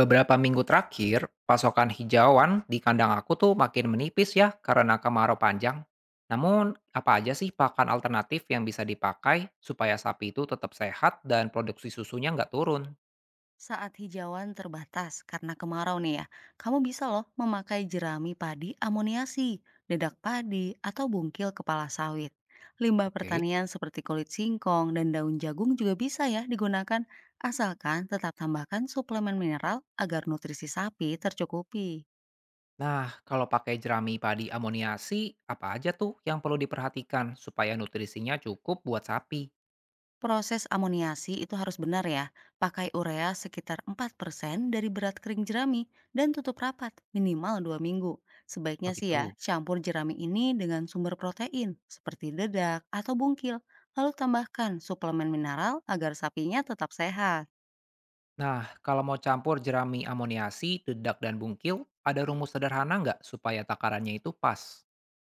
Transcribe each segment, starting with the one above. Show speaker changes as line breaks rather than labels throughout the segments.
Beberapa minggu terakhir, pasokan hijauan di kandang aku tuh makin menipis ya karena kemarau panjang. Namun, apa aja sih pakan alternatif yang bisa dipakai supaya sapi itu tetap sehat dan produksi susunya nggak turun?
Saat hijauan terbatas karena kemarau nih ya, kamu bisa loh memakai jerami padi amoniasi, dedak padi, atau bungkil kepala sawit. Limbah
Oke.
pertanian seperti kulit singkong dan daun jagung juga bisa ya digunakan, asalkan tetap tambahkan suplemen mineral agar nutrisi sapi tercukupi.
Nah, kalau pakai jerami padi amoniasi, apa aja tuh yang perlu diperhatikan supaya nutrisinya cukup buat sapi?
Proses amoniasi itu harus benar ya. Pakai urea sekitar 4% dari berat kering jerami dan tutup rapat minimal 2 minggu. Sebaiknya
Oh
sih ya,
gitu.
campur jerami ini dengan sumber protein seperti dedak atau bungkil. Lalu tambahkan suplemen mineral agar sapinya tetap sehat.
Nah, kalau mau campur jerami amoniasi, dedak, dan bungkil, ada rumus sederhana nggak supaya takarannya itu pas?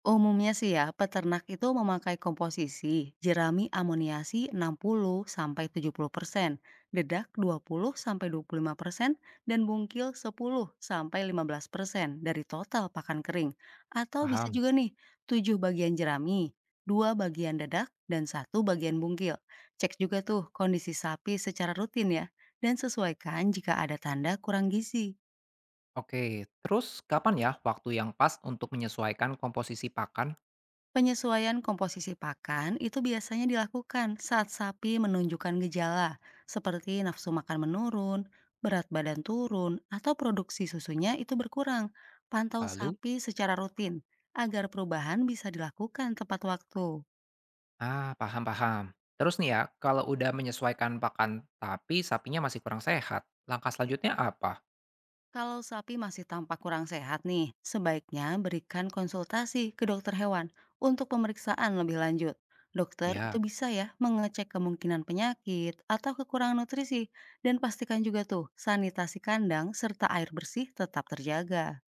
Umumnya sih ya, peternak itu memakai komposisi jerami amoniasi 60 sampai 70%, dedak 20 sampai 25% dan bungkil 10 sampai 15% dari total pakan kering. Atau bisa
Paham.
juga nih, 7 bagian jerami, 2 bagian dedak dan satu bagian bungkil. Cek juga tuh kondisi sapi secara rutin ya dan sesuaikan jika ada tanda kurang gizi.
Oke, terus kapan ya waktu yang pas untuk menyesuaikan komposisi pakan?
Penyesuaian komposisi pakan itu biasanya dilakukan saat sapi menunjukkan gejala seperti nafsu makan menurun, berat badan turun, atau produksi susunya itu berkurang. Pantau
Lalu,
sapi secara rutin agar perubahan bisa dilakukan tepat waktu.
ah, paham-paham. Terus nih ya, kalau udah menyesuaikan pakan tapi sapinya masih kurang sehat, langkah selanjutnya apa?
Kalau sapi masih tampak kurang sehat nih, sebaiknya berikan konsultasi ke dokter hewan untuk pemeriksaan lebih lanjut. Dokter itu
Ya,
bisa ya mengecek kemungkinan penyakit atau kekurangan nutrisi dan pastikan juga tuh sanitasi kandang serta air bersih tetap terjaga.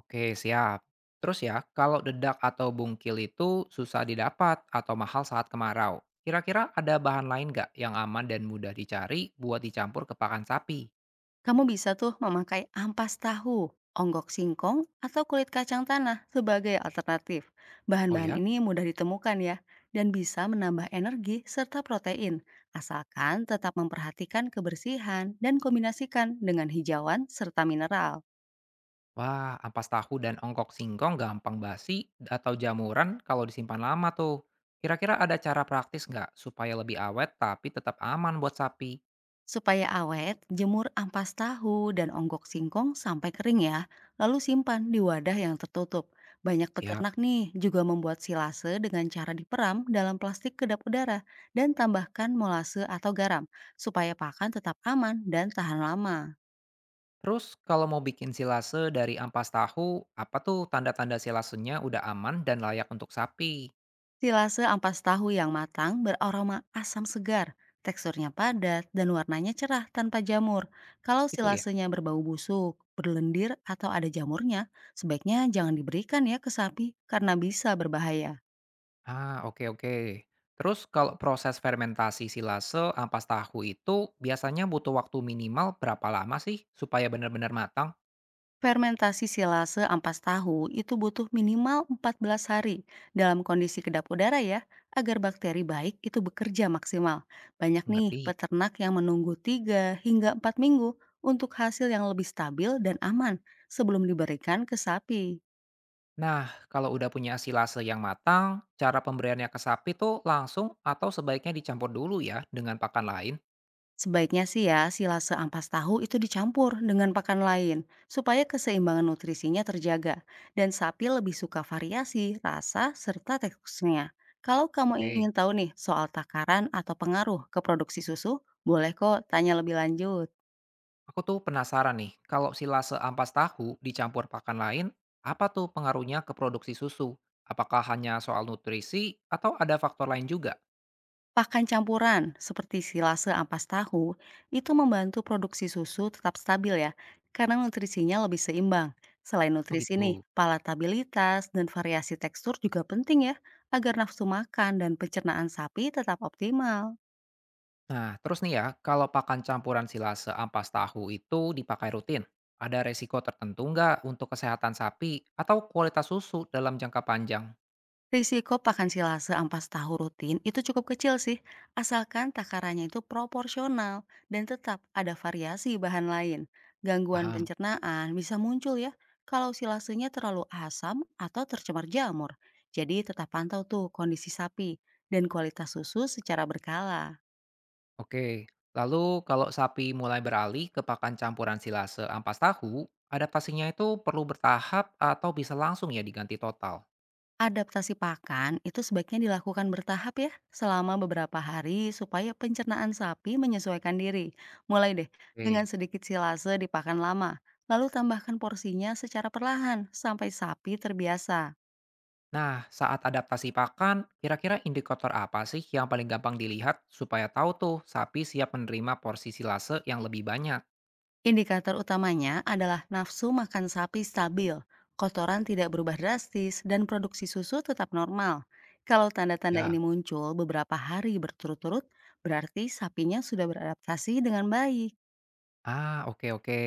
oke, siap. Terus ya, kalau dedak atau bungkil itu susah didapat atau mahal saat kemarau, kira-kira ada bahan lain nggak yang aman dan mudah dicari buat dicampur ke pakan sapi?
Kamu bisa tuh memakai ampas tahu, onggok singkong, atau kulit kacang tanah sebagai alternatif.
Oh
Bahan-bahan
ya?
ini mudah ditemukan ya, dan bisa menambah energi serta protein, asalkan tetap memperhatikan kebersihan dan kombinasikan dengan hijauan serta mineral.
Wah, ampas tahu dan ongkok singkong gampang basi atau jamuran kalau disimpan lama tuh. Kira-kira ada cara praktis nggak supaya lebih awet tapi tetap aman buat sapi?
Supaya awet, jemur ampas tahu dan onggok singkong sampai kering ya, lalu simpan di wadah yang tertutup. Banyak
Siap.
peternak nih juga membuat silase dengan cara diperam dalam plastik kedap udara dan tambahkan molase atau garam supaya pakan tetap aman dan tahan lama.
Terus kalau mau bikin silase dari ampas tahu, apa tuh tanda-tanda silasenya udah aman dan layak untuk sapi?
Silase ampas tahu yang matang beraroma asam segar, teksturnya padat, dan warnanya cerah tanpa jamur. Kalau
Gitu ya?
silasenya berbau busuk, berlendir, atau ada jamurnya, sebaiknya jangan diberikan ya ke sapi karena bisa berbahaya.
Ah, oke oke. Terus kalau proses fermentasi silase ampas tahu itu biasanya butuh waktu minimal berapa lama sih supaya benar-benar matang?
Fermentasi silase ampas tahu itu butuh minimal 14 hari dalam kondisi kedap udara ya, agar bakteri baik itu bekerja maksimal. Banyak nih
Ngerti?
peternak yang menunggu 3 hingga 4 minggu untuk hasil yang lebih stabil dan aman sebelum diberikan ke sapi.
Nah, kalau udah punya silase yang matang, cara pemberiannya ke sapi tuh langsung atau sebaiknya dicampur dulu ya dengan pakan lain?
Sebaiknya sih ya, silase ampas tahu itu dicampur dengan pakan lain supaya keseimbangan nutrisinya terjaga dan sapi lebih suka variasi rasa serta teksturnya. Kalau kamu
Oke.
ingin tahu nih soal takaran atau pengaruh ke produksi susu, boleh kok tanya lebih lanjut.
Aku tuh penasaran nih, kalau silase ampas tahu dicampur pakan lain, apa tuh pengaruhnya ke produksi susu? Apakah hanya soal nutrisi atau ada faktor lain juga?
Pakan campuran seperti silase ampas tahu itu membantu produksi susu tetap stabil ya, karena nutrisinya lebih seimbang. Selain
Oh
nutrisi nih,
gitu.
palatabilitas dan variasi tekstur juga penting ya, agar nafsu makan dan pencernaan sapi tetap optimal.
Nah, terus nih ya, kalau pakan campuran silase ampas tahu itu dipakai rutin, ada resiko tertentu nggak untuk kesehatan sapi atau kualitas susu dalam jangka panjang?
Risiko pakan silase ampas tahu rutin itu cukup kecil sih, asalkan takarannya itu proporsional dan tetap ada variasi bahan lain. Gangguan
Paham?
pencernaan bisa muncul ya kalau silasenya terlalu asam atau tercemar jamur. Jadi tetap pantau tuh kondisi sapi dan kualitas susu secara berkala.
Oke, lalu kalau sapi mulai beralih ke pakan campuran silase ampas tahu, adaptasinya itu perlu bertahap atau bisa langsung ya diganti total.
Adaptasi pakan itu sebaiknya dilakukan bertahap ya, selama beberapa hari supaya pencernaan sapi menyesuaikan diri. Mulai deh dengan
Oke.
sedikit silase di pakan lama, lalu tambahkan porsinya secara perlahan sampai sapi terbiasa.
Nah, saat adaptasi pakan, kira-kira indikator apa sih yang paling gampang dilihat supaya tahu tuh sapi siap menerima porsi silase yang lebih banyak?
Indikator utamanya adalah nafsu makan sapi stabil, kotoran tidak berubah drastis, dan produksi susu tetap normal. Kalau tanda-tanda ini
Ya,
muncul beberapa hari berturut-turut, berarti sapinya sudah beradaptasi dengan baik.
ah, oke oke.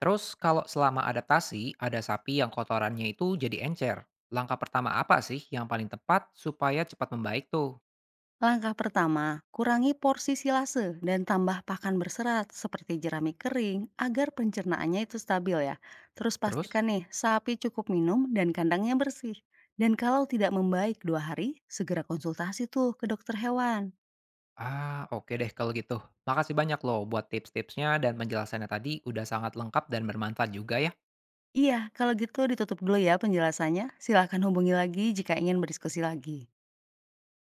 Terus kalau selama adaptasi ada sapi yang kotorannya itu jadi encer, langkah pertama apa sih yang paling tepat supaya cepat membaik tuh?
Langkah pertama, kurangi porsi silase dan tambah pakan berserat seperti jerami kering agar pencernaannya itu stabil ya. Terus
Terus?
pastikan nih, sapi cukup minum dan kandangnya bersih. Dan kalau tidak membaik dua hari, segera konsultasi tuh ke dokter hewan.
Ah, oke deh kalau gitu. Makasih banyak loh buat tips-tipsnya dan penjelasannya tadi udah sangat lengkap dan bermanfaat juga ya.
Iya, kalau gitu ditutup dulu ya penjelasannya. Silahkan hubungi lagi jika ingin berdiskusi lagi.